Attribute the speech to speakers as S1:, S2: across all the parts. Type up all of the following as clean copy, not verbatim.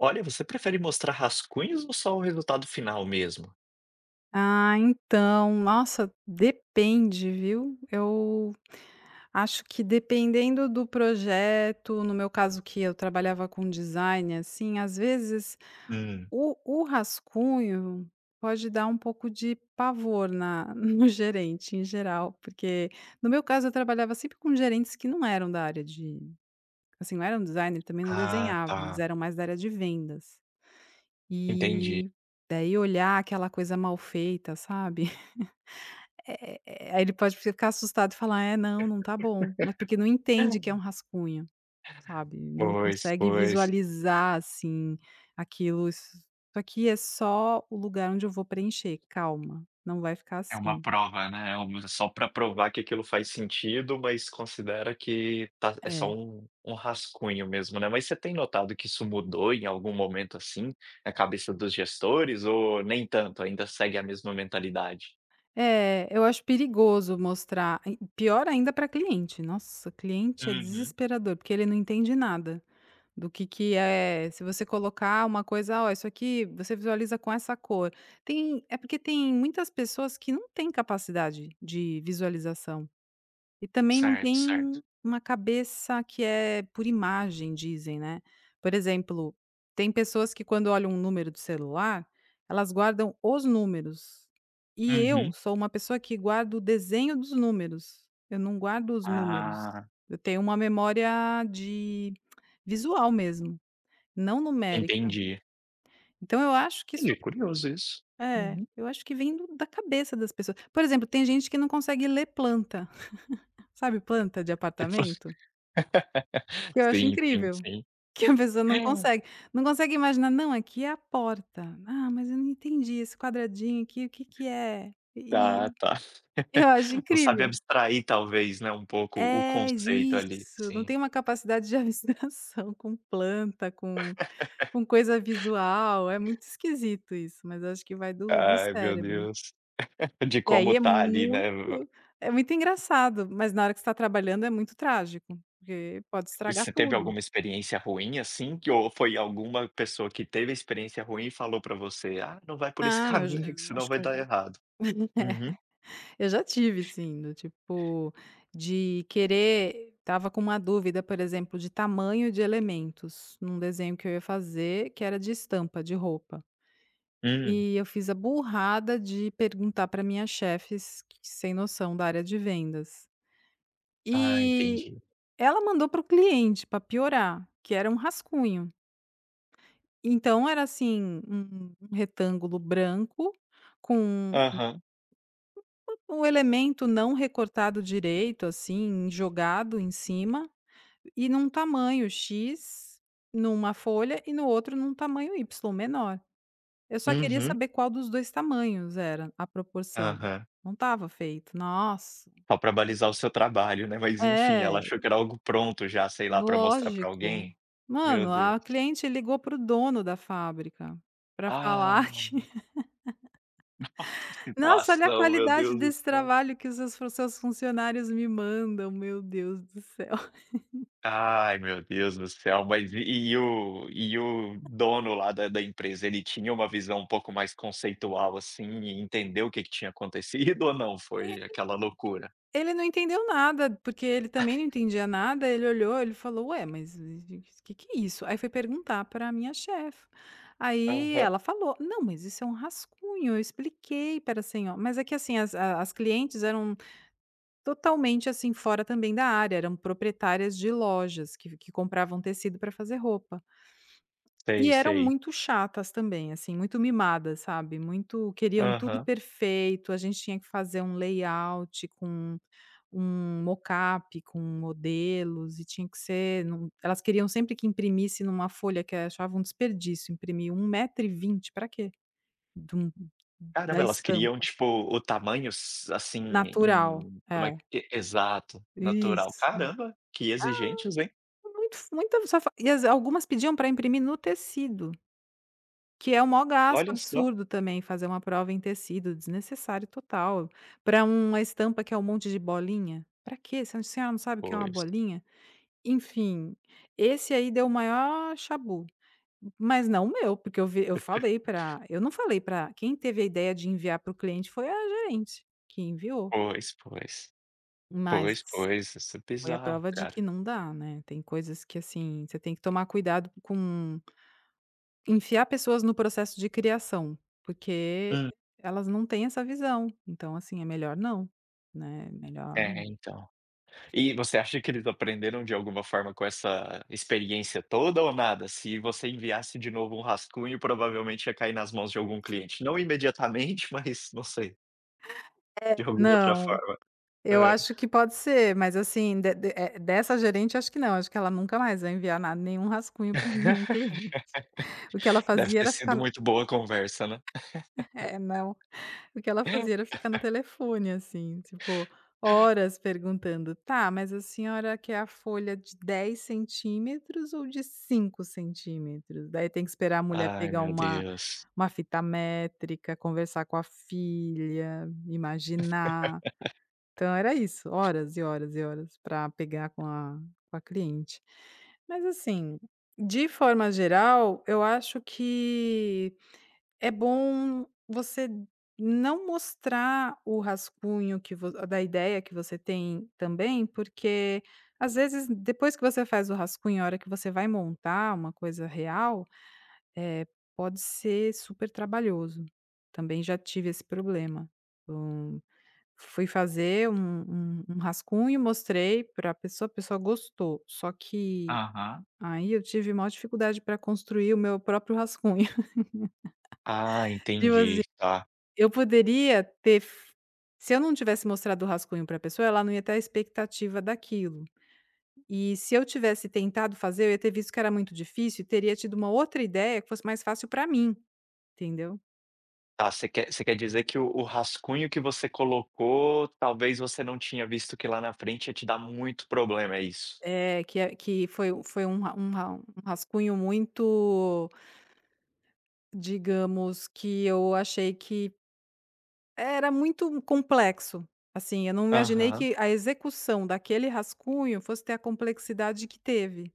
S1: Olha, você prefere mostrar rascunhos ou só o resultado final mesmo?
S2: Ah, então, nossa, depende, viu? Eu acho que dependendo do projeto, no meu caso que eu trabalhava com design, assim, às vezes
S1: Hum,
S2: o rascunho pode dar um pouco de pavor na, no gerente em geral, porque no meu caso eu trabalhava sempre com gerentes que não eram da área de, assim, não eram designer, também não
S1: ah, tá,
S2: desenhavam, eles eram mais da área de vendas.
S1: entendi.
S2: E daí olhar aquela coisa mal feita, sabe? Aí ele pode ficar assustado e falar: "É, não, não tá bom", mas porque não entende que é um rascunho, sabe, não
S1: Pois,
S2: consegue
S1: pois.
S2: visualizar, assim, aquilo, "Isso aqui é só o lugar onde eu vou preencher, calma, não vai ficar
S1: É uma
S2: assim".
S1: prova, né, é uma só para provar que aquilo faz sentido, mas considera que tá é só
S2: É.
S1: um rascunho mesmo, né. Mas você tem notado que isso mudou em algum momento, assim, na cabeça dos gestores ou nem tanto, ainda segue a mesma mentalidade?
S2: É, eu acho perigoso mostrar e pior ainda para cliente, nossa, cliente é
S1: Uhum.
S2: desesperador, porque ele não entende nada. Do que é se você colocar uma coisa: "Ó, isso aqui você visualiza com essa cor". Tem é porque tem muitas pessoas que não têm capacidade de visualização e também não
S1: Certo, certo.
S2: tem uma cabeça que é por imagem, dizem, né. Por exemplo, tem pessoas que quando olham um número do celular, elas guardam os números. E eu
S1: Uhum.
S2: sou uma pessoa que guarda o desenho dos números, eu não guardo os números.
S1: Ah,
S2: Eu tenho uma memória de visual mesmo. Não numérica.
S1: entendi.
S2: Então eu acho que isso
S1: Entendi, curioso isso.
S2: é,
S1: Uhum.
S2: eu acho que vem do da cabeça das pessoas. Por exemplo, tem gente que não consegue ler planta, sabe planta de apartamento? Que eu acho
S1: Sim, sim,
S2: incrível,
S1: sim.
S2: que a pessoa não consegue, não consegue imaginar: "Não, aqui é a porta. Ah, mas eu não entendi esse quadradinho aqui, o que que é?". E
S1: Tá, tá.
S2: eu acho
S1: Não sabe
S2: incrível.
S1: abstrair talvez, né, um pouco o
S2: É,
S1: conceito ali,
S2: isso, não
S1: sim.
S2: tem uma capacidade de abstração com planta, com coisa visual, é muito esquisito isso, mas eu acho que vai do do
S1: Ai, meu
S2: cérebro.
S1: Deus. De
S2: E aí
S1: como tá ali, né.
S2: é muito engraçado, mas na hora que você tá trabalhando é muito trágico, porque pode estragar
S1: Você teve
S2: tudo.
S1: alguma experiência ruim, assim, que ou foi alguma pessoa que teve a experiência ruim e falou pra você: "Ah, não vai por esse
S2: Não, eu já
S1: caminho que
S2: eu
S1: senão
S2: acho que
S1: vai dar errado"? Uhum.
S2: eu já tive sim, do tipo, de querer tava com uma dúvida, por exemplo, de tamanho de elementos, num desenho que eu ia fazer, que era de estampa, de roupa.
S1: Hum.
S2: E eu fiz a burrada de perguntar para minha chefe s que- sem noção da área de vendas.
S1: Ah,
S2: E
S1: entendi.
S2: ela mandou para o cliente, para piorar, que era um rascunho. Então era assim, um retângulo branco com
S1: Aham.
S2: um elemento não recortado direito, assim, jogado em cima e num tamanho "X" numa folha e no outro num tamanho "Y", menor. Eu só queria
S1: Uhum.
S2: saber qual dos 2 tamanhos era a proporção.
S1: Aham.
S2: Não estava feito. Nossa.
S1: Só pra balizar o seu trabalho, né, mas enfim, ela
S2: É,
S1: achou que era algo pronto já, sei lá, para mostrar para
S2: lógico.
S1: alguém. Meu
S2: Mano,
S1: Deus.
S2: a cliente ligou pro dono da fábrica para
S1: Ah,
S2: falar que
S1: nossa, que
S2: nossa, olha a
S1: situação, meu
S2: qualidade
S1: Deus do
S2: desse
S1: céu.
S2: trabalho que os seus fu seus funcionários me mandam, meu Deus do céu.
S1: Ai, meu Deus do céu, mas e o e o dono lá da empresa, ele tinha uma visão um pouco mais conceitual, assim, e entendeu o que que tinha acontecido ou não? Foi aquela loucura?
S2: Ele não entendeu nada, porque ele também não entendia nada, ele olhou, ele falou: "Ué, mas o que que é isso?". Aí foi perguntar para minha chefe, aí
S1: Aham.
S2: ela falou: "Não, mas isso é um rascunho, eu expliquei para a senho" mas é que assim, as a as clientes eram totalmente, assim, fora também da área, eram proprietárias de lojas que compravam tecido para fazer roupa. E
S1: Sei,
S2: eram
S1: sei.
S2: muito chatas também, assim, muito mimadas, sabe, muito queriam tudo
S1: Aham.
S2: perfeito, a gente tinha que fazer um layout com um mockup, com modelos e tinha que ser num elas queriam sempre que imprimisse numa folha que achavam um desperdício, imprimir 1,20 m, pra quê? De um da
S1: Caramba, elas criam,
S2: estampa
S1: tipo, o tamanho s assim,
S2: natural.
S1: em como
S2: É,
S1: é que e- exato, natural.
S2: isso.
S1: Caramba, que exigentes, hein.
S2: Muito f muita safa e as algumas pediam para imprimir no tecido. Que é o maior gasto
S1: Olha só.
S2: absurdo também, fazer uma prova em tecido, desnecessário total, para uma estampa que é um monte de bolinha. Para quê? Se a senhora não sabe o que é uma
S1: Pois,
S2: bolinha? Enfim, esse aí deu o maior chabu, mas não o meu, porque eu vi eu falei para eu não falei para quem teve a ideia de enviar para o cliente foi a gerente, que enviou,
S1: pois, pois.
S2: mas
S1: Pois, pois, isso é
S2: foi a
S1: bizarro,
S2: prova de que
S1: cara.
S2: não dá, né, tem coisas que, assim, você tem que tomar cuidado com enfiar pessoas no processo de criação, porque
S1: Hum.
S2: elas não têm essa visão, então assim, é melhor não, né, melhor
S1: É, então. E você acha que eles aprenderam de alguma forma com essa experiência toda ou nada? Se você enviasse de novo um rascunho, provavelmente ia cair nas mãos de algum cliente. Não imediatamente, mas não sei,
S2: é.
S1: de alguma outra
S2: Não,
S1: forma.
S2: eu
S1: Hã.
S2: acho que pode ser, mas assim, dessa gerente acho que não, acho que ela nunca mais vai enviar nada, nenhum rascunho para nenhum cliente. O que ela
S1: Deve
S2: fazia
S1: ter
S2: era
S1: sido
S2: ficar
S1: muito boa a conversa, né.
S2: é, não. O que ela fazia era ficar no telefone, assim, tipo, horas perguntando: "Tá, mas a senhora quer a folha de 10 centímetros ou de 5 centímetros?". Daí tem que esperar a mulher
S1: Ai,
S2: pegar
S1: meu Deus.
S2: uma fita métrica, conversar com a filha, imaginar. Então era isso, horas e horas e horas para pegar com a cliente. Mas assim, de forma geral, eu acho que é bom você não mostrar o rascunho que vo da ideia que você tem também, porque às vezes depois que você faz o rascunho, a hora que você vai montar uma coisa real, eh, pode ser super trabalhoso. Também já tive esse problema. Hum, fui fazer um um rascunho, mostrei para a pessoa gostou, só que
S1: Aham.
S2: aí eu tive maior dificuldade para construir o meu próprio rascunho.
S1: Ah,
S2: Tipo
S1: entendi, tá.
S2: eu poderia ter f se eu não tivesse mostrado o rascunho para a pessoa, ela não ia ter a expectativa daquilo. E se eu tivesse tentado fazer, eu ia ter visto que era muito difícil e teria tido uma outra ideia que fosse mais fácil para mim, entendeu.
S1: Tá, você quer dizer que o rascunho que você colocou, talvez você não tinha visto que lá na frente ia te dar muito problema, é isso?
S2: É que foi um ra um ra um rascunho muito, digamos, que eu achei que era muito complexo, assim, eu não imaginei
S1: Aham.
S2: que a execução daquele rascunho fosse ter a complexidade que teve.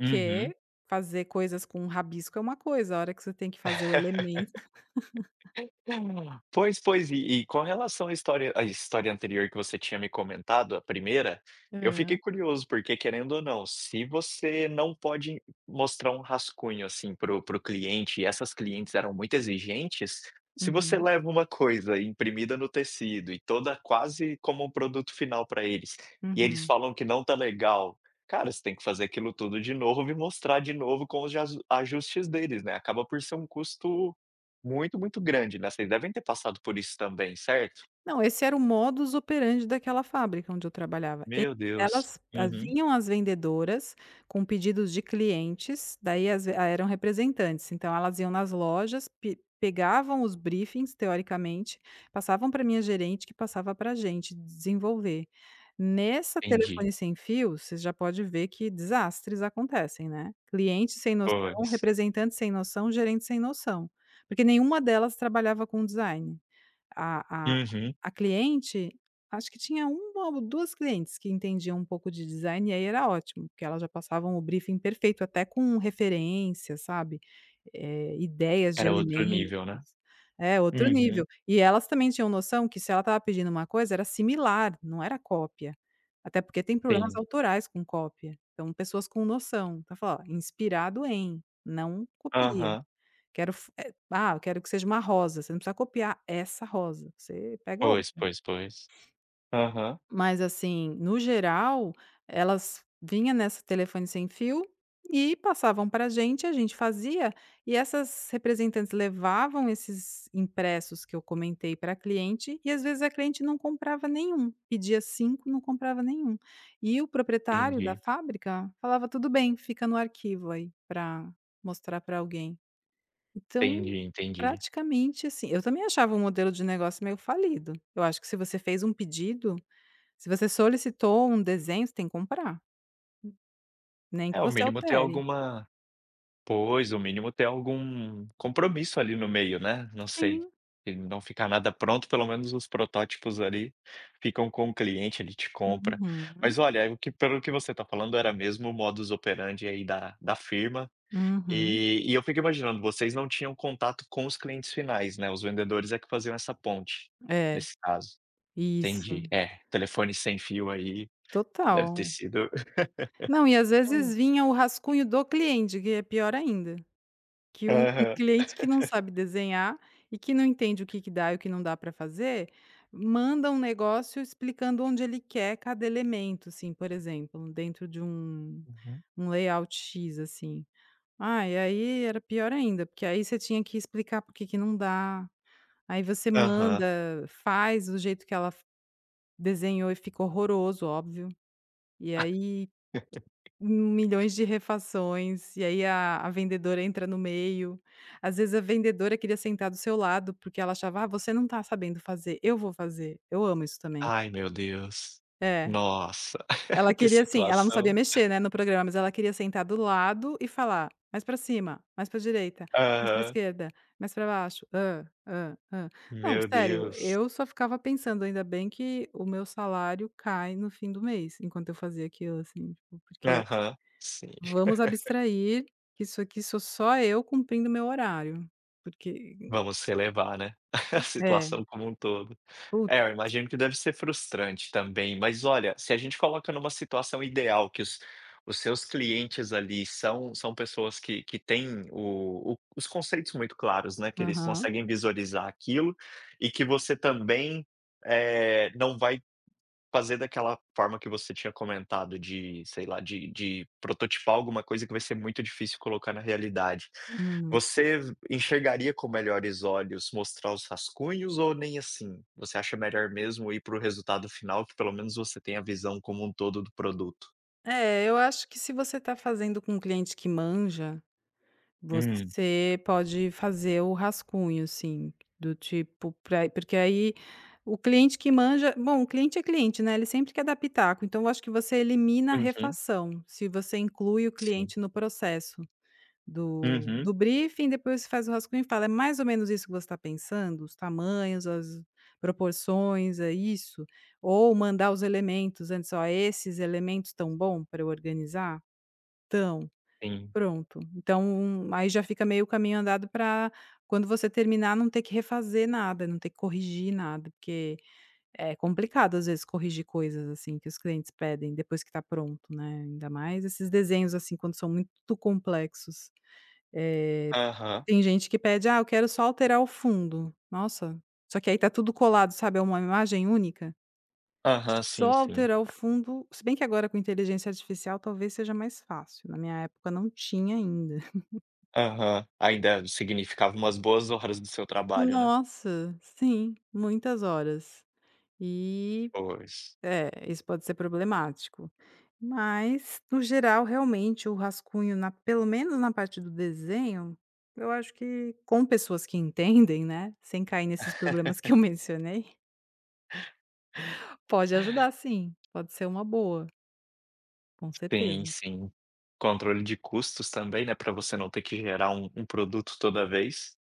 S1: Uhum.
S2: fazer coisas com rabisco é uma coisa, a hora que você tem que fazer o elemento
S1: Pois, pois, e com relação à história anterior que você tinha me comentado, a primeira, eu fiquei
S2: hã.
S1: curioso, porque querendo ou não, se você não pode mostrar um rascunho, assim, pro cliente, e essas clientes eram muito exigentes, se você
S2: Uhum,
S1: leva uma coisa imprimida no tecido e toda quase como um produto final para eles, e eles
S2: uhum.
S1: falam que não tá legal, cara, você tem que fazer aquilo tudo de novo e mostrar de novo com os ajustes deles, né, acaba por ser um custo muito, muito grande, né, vocês devem ter passado por isso também, certo?
S2: Não, esse era o modus operandi daquela fábrica onde eu trabalhava. E
S1: Meu Deus.
S2: elas a
S1: Uhum.
S2: vinham as vendedoras com pedidos de clientes, daí as ah, eram representantes, então elas iam nas lojas, pe pegavam os briefings, teoricamente, passavam pra minha gerente, que passava pra gente desenvolver. Nessa
S1: Entendi.
S2: telefone sem fio, você já pode ver que desastres acontecem, né. Cliente sem noção,
S1: Pois.
S2: representante sem noção, gerente sem noção, porque nenhuma delas trabalhava com design. A a
S1: Uhum.
S2: a cliente, acho que tinha 1 ou 2 clientes que entendiam um pouco de design e aí era ótimo, porque elas já passavam o briefing perfeito, até com referência, sabe, ideias de
S1: Era outro
S2: elementos
S1: nível, né?
S2: é, outro
S1: Uhum.
S2: nível. E elas também tinham noção que se ela estava pedindo uma coisa, era similar, não era cópia. Até porque tem problemas
S1: Sim.
S2: autorais com cópia. Então, pessoas com noção. Então fala: "Ó, inspirado em, não copia".
S1: Aham.
S2: Quero f ah, eu quero que seja uma rosa, você não precisa copiar essa rosa, você pega
S1: Pois,
S2: outra.
S1: pois, pois. Aham.
S2: Mas assim, no geral, elas vinha nessa telefone sem fio e passavam para a gente fazia, e essas representantes levavam esses impressos que eu comentei pra cliente e às vezes a cliente não comprava nenhum, pedia 5, não comprava nenhum. E o proprietário da
S1: Entendi,
S2: fábrica falava: "Tudo bem, fica no arquivo aí para mostrar para alguém". Então,
S1: entendi, entendi.
S2: praticamente assim eu também achava um modelo de negócio meio falido. Eu acho que se você fez um pedido, se você solicitou um desenho, você tem que comprar, nem
S1: É,
S2: que
S1: o
S2: você
S1: mínimo ter
S2: altere.
S1: alguma. Pois, o mínimo ter algum compromisso ali no meio, né, não sei,
S2: Sim.
S1: e não ficar nada pronto, pelo menos os protótipos ali ficam com o cliente, ele te compra.
S2: Uhum,
S1: Mas olha, o que pelo que você está falando era mesmo o modus operandi aí da firma,
S2: uhum.
S1: e eu fico imaginando, vocês não tinham contato com os clientes finais, né, os vendedores é que faziam essa ponte,
S2: É,
S1: nesse caso. Entendi,
S2: isso,
S1: é, telefone sem fio aí, deve ter
S2: total.
S1: sido.
S2: Não, e às vezes vinha o rascunho do cliente, que é pior ainda. Que o
S1: Aham.
S2: cliente que não sabe desenhar e que não entende o que que dá e o que não dá para fazer, manda um negócio explicando onde ele quer cada elemento, assim, por exemplo, dentro de um
S1: Uhum.
S2: um layout X, assim. Ah, e aí era pior ainda, porque aí você tinha que explicar por que que não dá. Aí você
S1: Aham.
S2: manda, faz do jeito que ela f desenhou e ficou horroroso, óbvio. E aí milhões de refações, e aí a vendedora entra no meio. Às vezes a vendedora queria sentar do seu lado, porque ela achava: "Ah, você não tá sabendo fazer, eu vou fazer". Eu amo isso também.
S1: Ai, meu Deus.
S2: É,
S1: Nossa,
S2: ela
S1: que
S2: queria assim ela não sabia
S1: situação.
S2: mexer, né, no programa, mas ela queria sentar do lado e falar: "Mais pra cima, mais pra direita, mais pra
S1: Aham.
S2: esquerda, mais pra baixo, hã, hã, hã". Não,
S1: Meu
S2: sério,
S1: Deus.
S2: eu só ficava pensando: "Ainda bem que o meu salário cai no fim do mês", enquanto eu fazia aquilo, assim, tipo, porque
S1: Aham, sim.
S2: vamos abstrair que isso aqui sou só eu cumprindo meu horário, porque
S1: Vamos relevar, né, a
S2: é,
S1: situação como um todo.
S2: putz,
S1: É, eu imagino que deve ser frustrante também, mas olha, se a gente coloca numa situação ideal que os seus clientes ali são são pessoas que têm o os conceitos muito claros, né, que eles
S2: aham,
S1: conseguem visualizar aquilo e que você também, eh, não vai fazer daquela forma que você tinha comentado de, sei lá, de prototipar alguma coisa que vai ser muito difícil colocar na realidade.
S2: uhum.
S1: Você enxergaria com melhores olhos mostrar os rascunhos ou nem assim? Você acha melhor mesmo ir para o resultado final que pelo menos você tem a visão como um todo do produto?
S2: É, eu acho que se você está fazendo com um cliente que manja,
S1: Hum.
S2: você pode fazer o rascunho, assim, do tipo pra porque aí o cliente que manja bom, o cliente é cliente, né, ele sempre quer dar pitaco, então eu acho que você elimina a
S1: Uhum.
S2: refação, se você inclui o
S1: Sim.
S2: cliente no processo. Do
S1: Uhum.
S2: do briefing, depois você faz o rascunho e fala: "É mais ou menos isso que você está pensando? Os tamanhos, as proporções, é isso?" Ou mandar os elementos antes: "Ó, esses elementos estão bom para eu organizar?" Tão
S1: Sim.
S2: pronto. Então, aí já fica meio caminho andado para quando você terminar não ter que refazer nada, não ter que corrigir nada, porque é complicado às vezes corrigir coisas, assim, que os clientes pedem depois que está pronto, né, ainda mais esses desenhos, assim, quando são muito complexos. Eh
S1: Aham.
S2: tem gente que pede: "Ah, eu quero só alterar o fundo". Nossa, só que aí tá tudo colado, sabe, é uma imagem única.
S1: Aham.
S2: Só
S1: Sim, sim.
S2: alterar o fundo se bem que agora com inteligência artificial talvez seja mais fácil, na minha época não tinha ainda.
S1: Aham. Ainda significava umas boas horas do seu trabalho, né?
S2: Nossa, sim, muitas horas. E
S1: Pois.
S2: é, isso pode ser problemático. Mas, no geral, realmente o rascunho na pelo menos na parte do desenho, eu acho que com pessoas que entendem, né, sem cair nesses problemas que eu mencionei pode ajudar sim, pode ser uma boa, com
S1: Sim,
S2: certeza.
S1: sim. Controle de custos também, né, para você não ter que gerar um produto toda vez,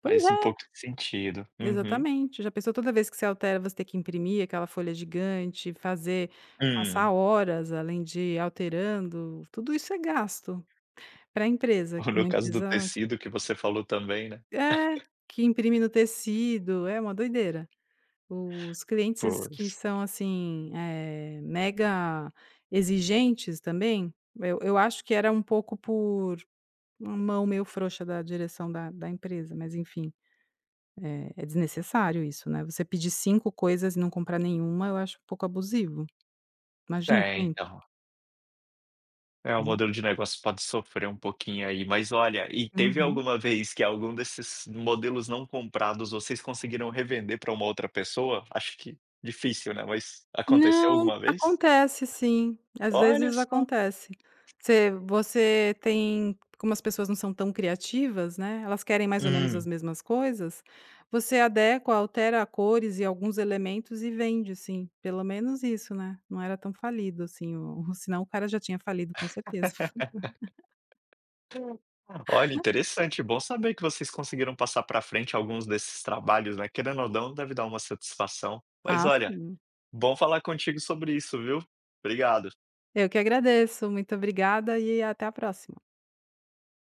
S2: Pois
S1: faz um
S2: é,
S1: pouco de sentido. Uhum.
S2: exatamente. Já pensou toda vez que você altera, você ter que imprimir aquela folha gigante, fazer passar
S1: Hum.
S2: horas além de ir alterando, tudo isso é gasto para a empresa,
S1: Ou no
S2: uma
S1: caso do
S2: empresa
S1: tecido que você falou também, né.
S2: é, que imprime no tecido, é uma doideira. Os clientes que
S1: Pois.
S2: são, assim, mega exigentes também, eu acho que era um pouco por uma mão meio frouxa da direção da da empresa, mas enfim, é desnecessário isso, né, você pedir 5 coisas e não comprar nenhuma, eu acho um pouco abusivo. Imagina o
S1: É,
S2: tempo.
S1: então, é, o modelo de negócio pode sofrer um pouquinho aí, mas olha, e teve
S2: Uhum.
S1: alguma vez que algum desses modelos não comprados vocês conseguiram revender para uma outra pessoa? Acho que difícil, né, mas aconteceu
S2: Não,
S1: alguma vez?
S2: acontece sim, às
S1: Olha
S2: vezes
S1: só.
S2: acontece. Você tem como as pessoas não são tão criativas, né, elas querem mais ou menos as
S1: Hum.
S2: mesmas coisas, você adequa, altera cores e alguns elementos e vende sim, pelo menos isso, né, não era tão falido assim o senão o cara já tinha falido com certeza.
S1: Olha, interessante, bom saber que vocês conseguiram passar para frente alguns desses trabalhos, né, querendo ou não, deve dar uma satisfação. Mas
S2: Ah
S1: olha,
S2: sim,
S1: bom falar contigo sobre isso, viu. Obrigado.
S2: eu que agradeço, muito obrigada e até a próxima.